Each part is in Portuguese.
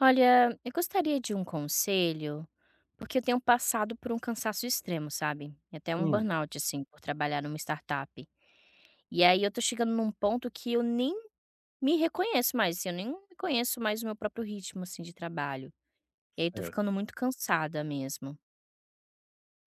Olha, eu gostaria de um conselho, porque eu tenho passado por um cansaço extremo, sabe? Até um Hum, burnout, assim, por trabalhar numa startup. E aí eu tô chegando num ponto que eu nem me reconheço mais, assim, eu nem reconheço mais o meu próprio ritmo, assim, de trabalho. E aí tô certo. ficando muito cansada mesmo.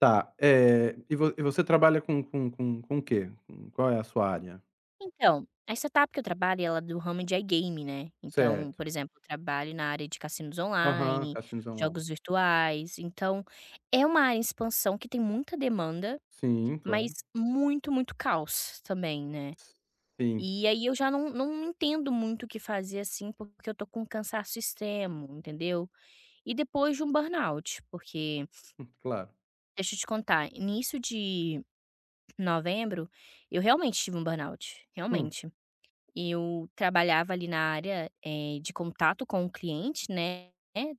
Tá, é e vo e você trabalha com o quê? Com qual é a sua área? Então, a startup que eu trabalho, ela é do ramo de iGame, né? Então, Certo. por exemplo, eu trabalho na área de cassinos Aham, online, cassinos online. jogos virtuais. Então, é uma área em expansão que tem muita demanda. Sim, Mas claro. muito, muito caos também, né. Sim, E aí eu já não entendo muito o que fazer, assim, porque eu tô com um cansaço extremo, entendeu. E depois de um burnout, porque claro. deixa eu te contar, início de novembro, eu realmente tive um burnout, Hum, realmente. Eu trabalhava ali na área, de contato com o cliente, né,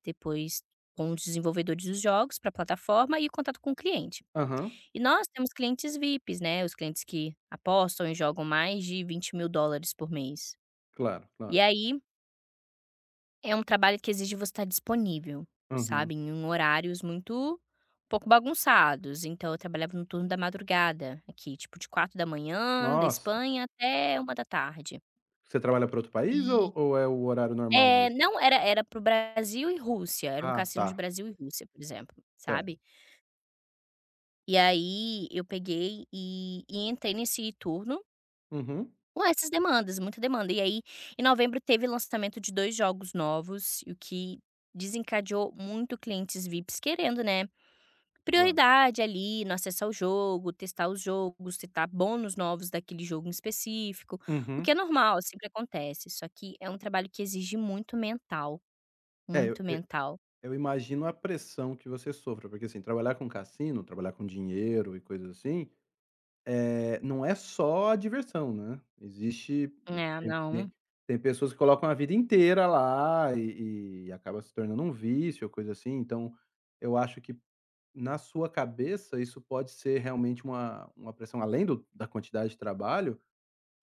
depois com os desenvolvedores dos jogos para a plataforma e contato com o cliente. aham, E nós temos clientes VIPs, né, os clientes que apostam e jogam mais de US$ 20.000 por mês. claro, E claro. aí, é um trabalho que exige você estar disponível, Aham. sabe, em um horários muito um pouco bagunçados. Então eu trabalhava no turno da madrugada aqui, tipo de 4 da manhã da Nossa, Espanha até uma da tarde. você trabalha para outro país ou E ou é o horário normal é, mesmo? não, era pro Brasil e Rússia, era um Ah, cassino de tá, Brasil e Rússia, por exemplo, certo. sabe. E aí eu peguei e entrei nesse turno. Uhum, Com essas demandas, muita demanda. E aí, em novembro teve lançamento de 2 jogos novos, o que desencadeou muito clientes VIPs querendo, né, claro. prioridade ali no acesso ao jogo, testar os jogos, testar bônus novos daquele jogo em específico, o que Uhum. é normal, sempre acontece. Só que é um trabalho que exige muito mental, É, muito eu eu mental. eu imagino a pressão que você sofra, porque, assim, trabalhar com cassino, trabalhar com dinheiro e coisas assim. Não é só a diversão, né, existe É, tem não. tem tem pessoas que colocam a vida inteira lá e acaba se tornando um vício ou coisa assim, então eu acho que na sua cabeça isso pode ser realmente uma pressão além do da quantidade de trabalho,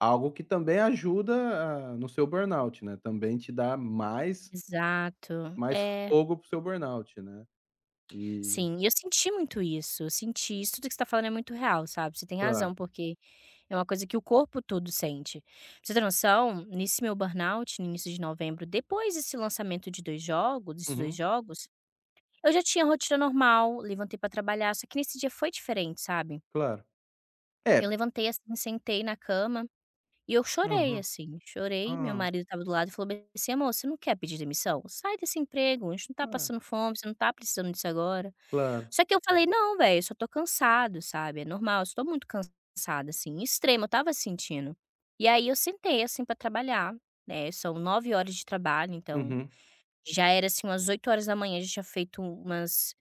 algo que também ajuda a no seu burnout, né, também te dá mais Exato. mais É, fogo pro seu burnout, né, e sim, e eu senti muito isso, eu senti isso tudo que você está falando é muito real, sabe, você tem razão, claro. porque é uma coisa que o corpo todo sente. Pra você ter noção, nesse meu burnout, no início de novembro, depois desse lançamento de 2 jogos desses 2 Uhum, jogos, eu já tinha rotina normal, levantei pra trabalhar, só que nesse dia foi diferente, sabe. claro. Eu É. levantei, assim, sentei na cama e eu chorei, Aham. assim, chorei, meu Ah, marido estava do lado e falou bem assim: "Amor, você não quer pedir demissão? Sai desse emprego, a gente não tá é, passando fome, você não tá precisando disso agora". claro. Só que eu falei: "Não, velho, eu só tô cansado, sabe, é normal, eu estou muito cansada, assim, extremo, eu estava sentindo". E aí eu sentei, assim, pra trabalhar, né, são 9 horas de trabalho, então Uhum. já era, assim, umas 8 horas da manhã, já tinha feito umas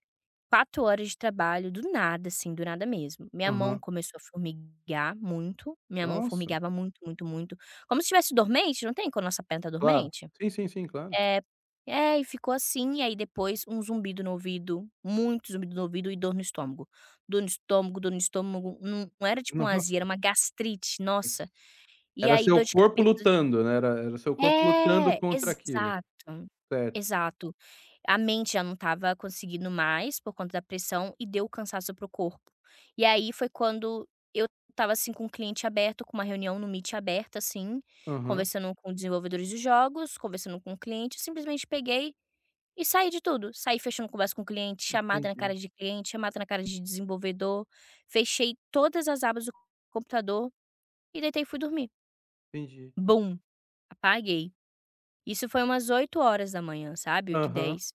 4 horas de trabalho do nada, assim, do nada mesmo. Minha mão Aham. começou a formigar muito, minha mão Nossa, formigava muito, muito, muito, como se estivesse dormente, não tem quando a nossa perna tá claro. dormente? Sim, sim, sim, claro. É. É, e ficou assim, e aí depois um zumbido no ouvido, muito zumbido no ouvido e dor no estômago. Dor no estômago, dor no estômago, não não era tipo uma azia, era Nossa. uma gastrite, nossa. E Era aí seu dor de corpo cabeça, lutando, né, era seu corpo lutando é, contra aquilo. exato, Certo. exato. A mente já não estava conseguindo mais por conta da pressão e deu cansaço para o corpo. E aí foi quando eu estava, assim, com um cliente aberto, com uma reunião no Meet aberta, assim, Aham. conversando com desenvolvedores de jogos, conversando com o cliente, eu simplesmente peguei e sair de tudo, saí fechando conversa com cliente, chamada na Entendi, cara de cliente, chamada na cara de desenvolvedor, fechei todas as abas do computador e deitei e fui dormir. entendi. Bum, apaguei. Isso foi umas 8 horas da manhã, sabe, oito h Aham. 10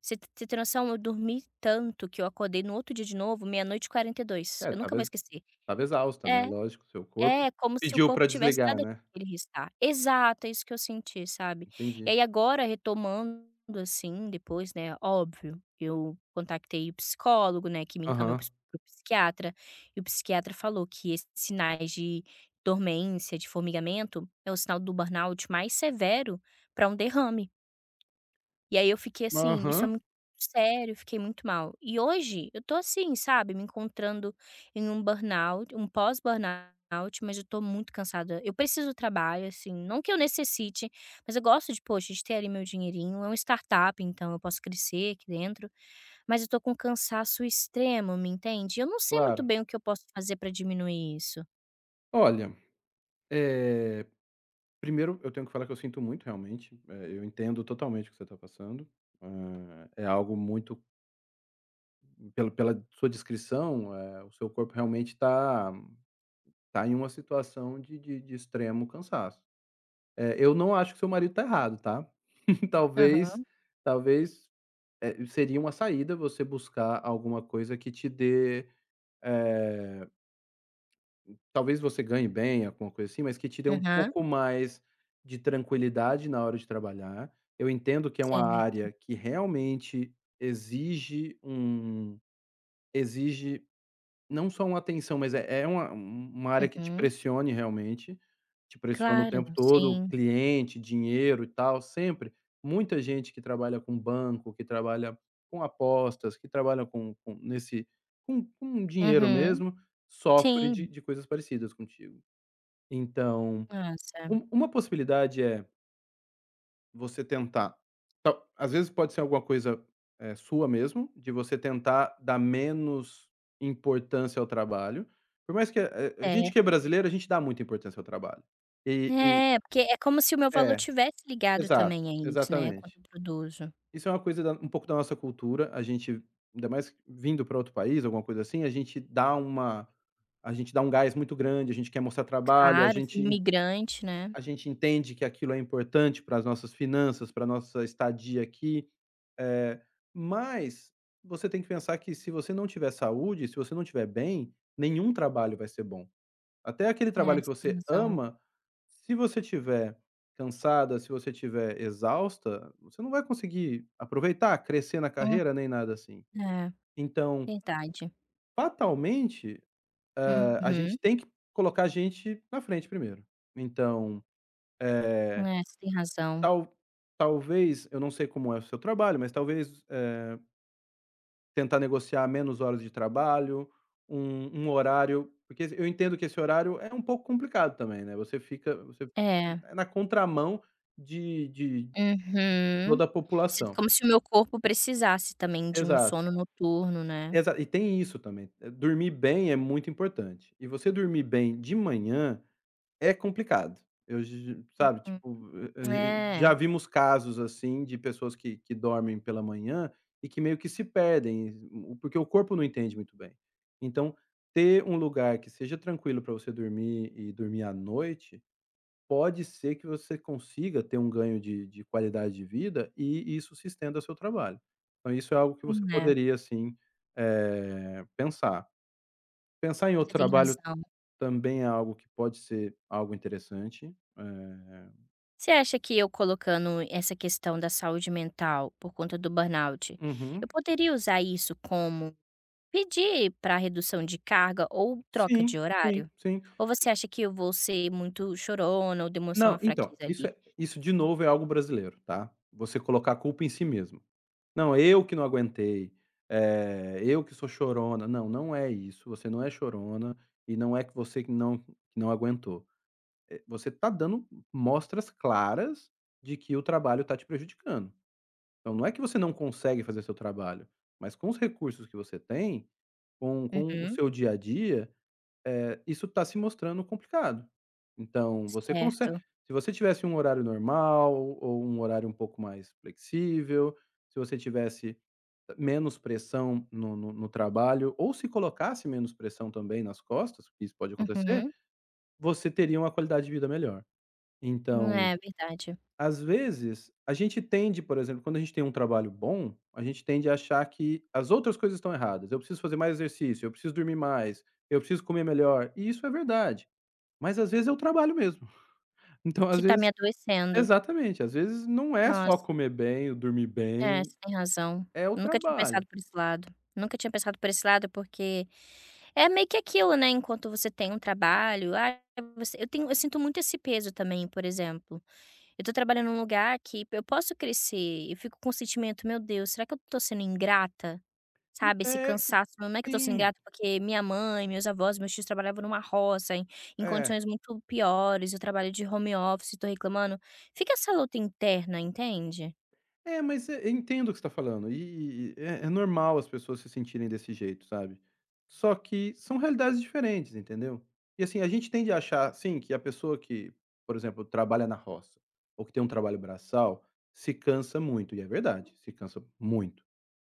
Você tem noção, eu dormi tanto que eu acordei no outro dia de novo 00:42. É, Eu nunca estava vou ex esquecer. Estava exausta, né, É. lógico, seu corpo É, como se o pediu corpo pra tivesse desligar, dado né. aquele restart. Exato, é isso que eu senti, sabe. E Entendi. aí agora retomando, assim, depois, né, óbvio, eu contactei o psicólogo, né, que me encaminhou para Aham. o para o psiquiatra, e o psiquiatra falou que esses sinais de dormência, de formigamento, é o sinal do burnout mais severo para um derrame. E aí eu fiquei assim, isso é Aham, muito sério, fiquei muito mal. E hoje eu tô assim, sabe, me encontrando em um burnout, um pós-burnout, mas eu tô muito cansada. Eu preciso do trabalho, assim, não que eu necessite, mas eu gosto de, poxa, de ter ali meu dinheirinho, é um startup, então eu posso crescer aqui dentro, mas eu tô com um cansaço extremo, me entende? Eu não sei muito claro. bem o que eu posso fazer pra diminuir isso. Olha, eh, primeiro eu tenho que falar que eu sinto muito realmente, eu entendo totalmente o que você tá passando. Hã, é algo muito. Pela sua descrição, o seu corpo realmente está tá tá em uma situação de extremo cansaço. Eu não acho que seu marido está errado, tá. Talvez Aham, talvez, seria uma saída você buscar alguma coisa que te dê, eh, talvez você ganhe bem, alguma coisa assim, mas que te dê um aham, pouco mais de tranquilidade na hora de trabalhar. Eu entendo que é uma certo, área que realmente exige um exige não só uma atenção, mas é uma um, uma área que te uhum. pressione realmente, te pressiona o Claro, tempo todo, sim. cliente, dinheiro e tal, sempre. Muita gente que trabalha com banco, que trabalha com apostas, que trabalha com nesse com dinheiro Uhum, mesmo, sofre sim. de coisas parecidas contigo. Então, Nossa, um uma possibilidade é você tentar tal às vezes pode ser alguma coisa, sua mesmo, de você tentar dar menos importância ao trabalho, por mais que a é. gente que é brasileiro, a gente dá muita importância ao trabalho. E e É, porque é como se o meu valor É, tivesse ligado exato, também a isso, né, quanto exatamente. eu produzo. Isso é uma coisa da um pouco da nossa cultura, a gente ainda mais vindo para outro país, alguma coisa assim, a gente dá um gás muito grande, a gente quer mostrar trabalho, a Claro, sendo gente imigrante, né. a gente entende que aquilo é importante para as nossas finanças, para a nossa estadia aqui, eh, mas você tem que pensar que se você não tiver saúde, se você não tiver bem, nenhum trabalho vai ser bom. Até aquele É, trabalho que você tem você razão. ama, se você tiver cansada, se você tiver exausta, você não vai conseguir aproveitar, crescer na Hum, carreira, nem nada assim. é, Então, verdade. fatalmente, a gente Uhum. tem que colocar a gente na frente primeiro. Então, eh. É, você tem razão. Tal talvez, eu não sei como é o seu trabalho, mas talvez, tentar negociar menos horas de trabalho, um horário porque eu entendo que esse horário é um pouco complicado também, né, você É. é na contramão de Uhum. toda a Sinto população. como se o meu corpo precisasse também de um Exato, sono noturno, né. exa e tem isso também, dormir bem é muito importante. E você dormir bem de manhã é complicado. Eu j Sabe, Uhum. tipo, a gen É, já vimos casos, assim, de pessoas que dormem pela manhã e que meio que se perdem, porque o corpo não entende muito bem. Então, ter um lugar que seja tranquilo para você dormir e dormir à noite, pode ser que você consiga ter um ganho de qualidade de vida e isso se estenda ao seu trabalho. Então isso é algo que você é, poderia, assim, pensar. Pensar em outro você tem trabalho razão. também é algo que pode ser algo interessante. Eh, Você acha que eu colocando essa questão da saúde mental por conta do burnout, uhum. eu poderia usar isso como pedir para redução de carga ou troca de Sim, sim, horário? sim. Ou você acha que eu vou ser muito chorona ou demonstrar Não, uma então, fraqueza ali? Isso de novo é algo brasileiro, tá. Você colocar a culpa em si mesmo. "Não, eu que não aguentei, eu que sou chorona". Não, não é isso, você não é chorona e não é que você que não aguentou. Você tá dando mostras claras de que o trabalho tá te prejudicando. Então não é que você não consegue fazer seu trabalho, mas com os recursos que você tem, com o Uhum, seu dia a dia, isso está se mostrando complicado. Então você consegue certo. se você tivesse um horário normal ou um horário um pouco mais flexível, se você tivesse menos pressão no trabalho ou se colocasse menos pressão também nas costas, que isso pode acontecer, Uhum. você teria uma qualidade de vida melhor. Então é verdade. às vezes, a gente tende, por exemplo, quando a gente tem um trabalho bom, a gente tende a achar que as outras coisas estão erradas. Eu preciso fazer mais exercício, eu preciso dormir mais, eu preciso comer melhor. E isso é verdade. Mas às vezes é o trabalho mesmo. Então, às Que tá me vezes adoecendo. exatamente, às vezes não é só Nossa, comer bem, dormir é, bem, você tem razão. é o Nunca tinha trabalho. pensado por esse lado. Nunca tinha pensado por esse lado porque é meio que aquilo, né, enquanto você tem um trabalho, ah, você eu tenho eu sinto muito esse peso também, por exemplo. Eu tô trabalhando num lugar que eu posso crescer, eu fico com o sentimento: "Meu Deus, será que eu tô sendo ingrata?", sabe, esse É, cansaço, não é que eu tô sendo sim, ingrata, porque minha mãe, meus avós, meus tios trabalhavam numa roça, em em é. condições muito piores, eu trabalho de home office, tô reclamando. Fica essa luta interna, entende? É, mas eu entendo o que você tá falando, e é normal as pessoas se sentirem desse jeito, sabe. Só que são realidades diferentes, entendeu. E assim, a gente tende a achar, sim, que a pessoa que, por exemplo, trabalha na roça, ou que tem um trabalho braçal, se cansa muito, e é verdade, se cansa muito.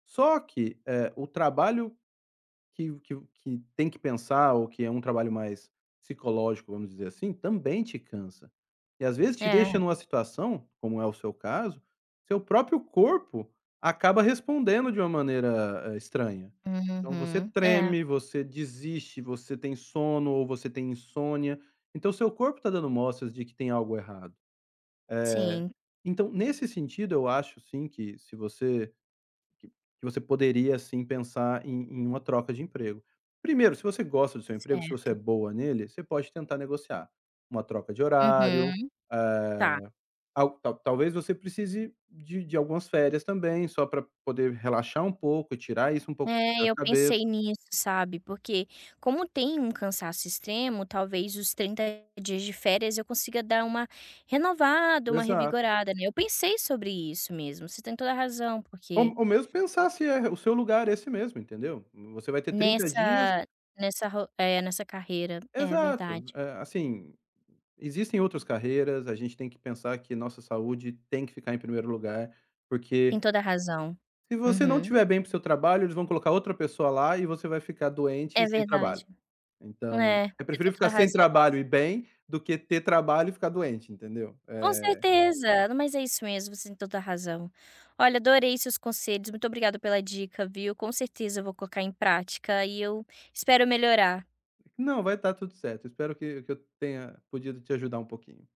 Só que, o trabalho que tem que pensar ou que é um trabalho mais psicológico, vamos dizer assim, também te cansa. E às vezes te deixa É. numa situação, como é o seu caso, seu próprio corpo acaba respondendo de uma maneira, estranha. Então você Uhum. É, treme, você desiste, você tem sono ou você tem insônia, então seu corpo está dando mostras de que tem algo errado. sim, Então nesse sentido eu acho sim que se você que que você poderia, assim, pensar em uma troca de emprego. Primeiro, se você gosta do seu emprego, se você é certo. boa nele, você pode tentar negociar uma troca de horário, Uhum. eh, Tá. al tal talvez você precise de algumas férias também, só para poder relaxar um pouco, tirar isso um pouco É, da eu cabeça. pensei nisso, sabe, porque como tem um cansaço extremo, talvez os 30 dias de férias eu consiga dar uma renovada, uma Exato. revigorada, né. Eu pensei sobre isso mesmo, você tem toda a razão, Ou porque ou mesmo pensar se é o seu lugar é esse mesmo, entendeu. Você vai ter 30 dias nessa nessa carreira é exato. verdade, Assim, existem outras carreiras, a gente tem que pensar que nossa saúde tem que ficar em primeiro lugar, tem porque toda a razão. se você não Uhum. tiver bem para seu trabalho, eles vão colocar outra pessoa lá e você vai ficar doente É e sem trabalho. verdade. Então, É, é você tem preferível toda a ficar sem razão. trabalho e bem do que ter trabalho e ficar doente, entendeu? Com Eh, certeza, não, mas é isso mesmo, você tem toda a razão. Olha, adorei seus conselhos, muito obrigada pela dica, viu. Com certeza eu vou colocar em prática e eu espero melhorar. não, vai estar tudo certo. Espero que eu tenha podido te ajudar um pouquinho.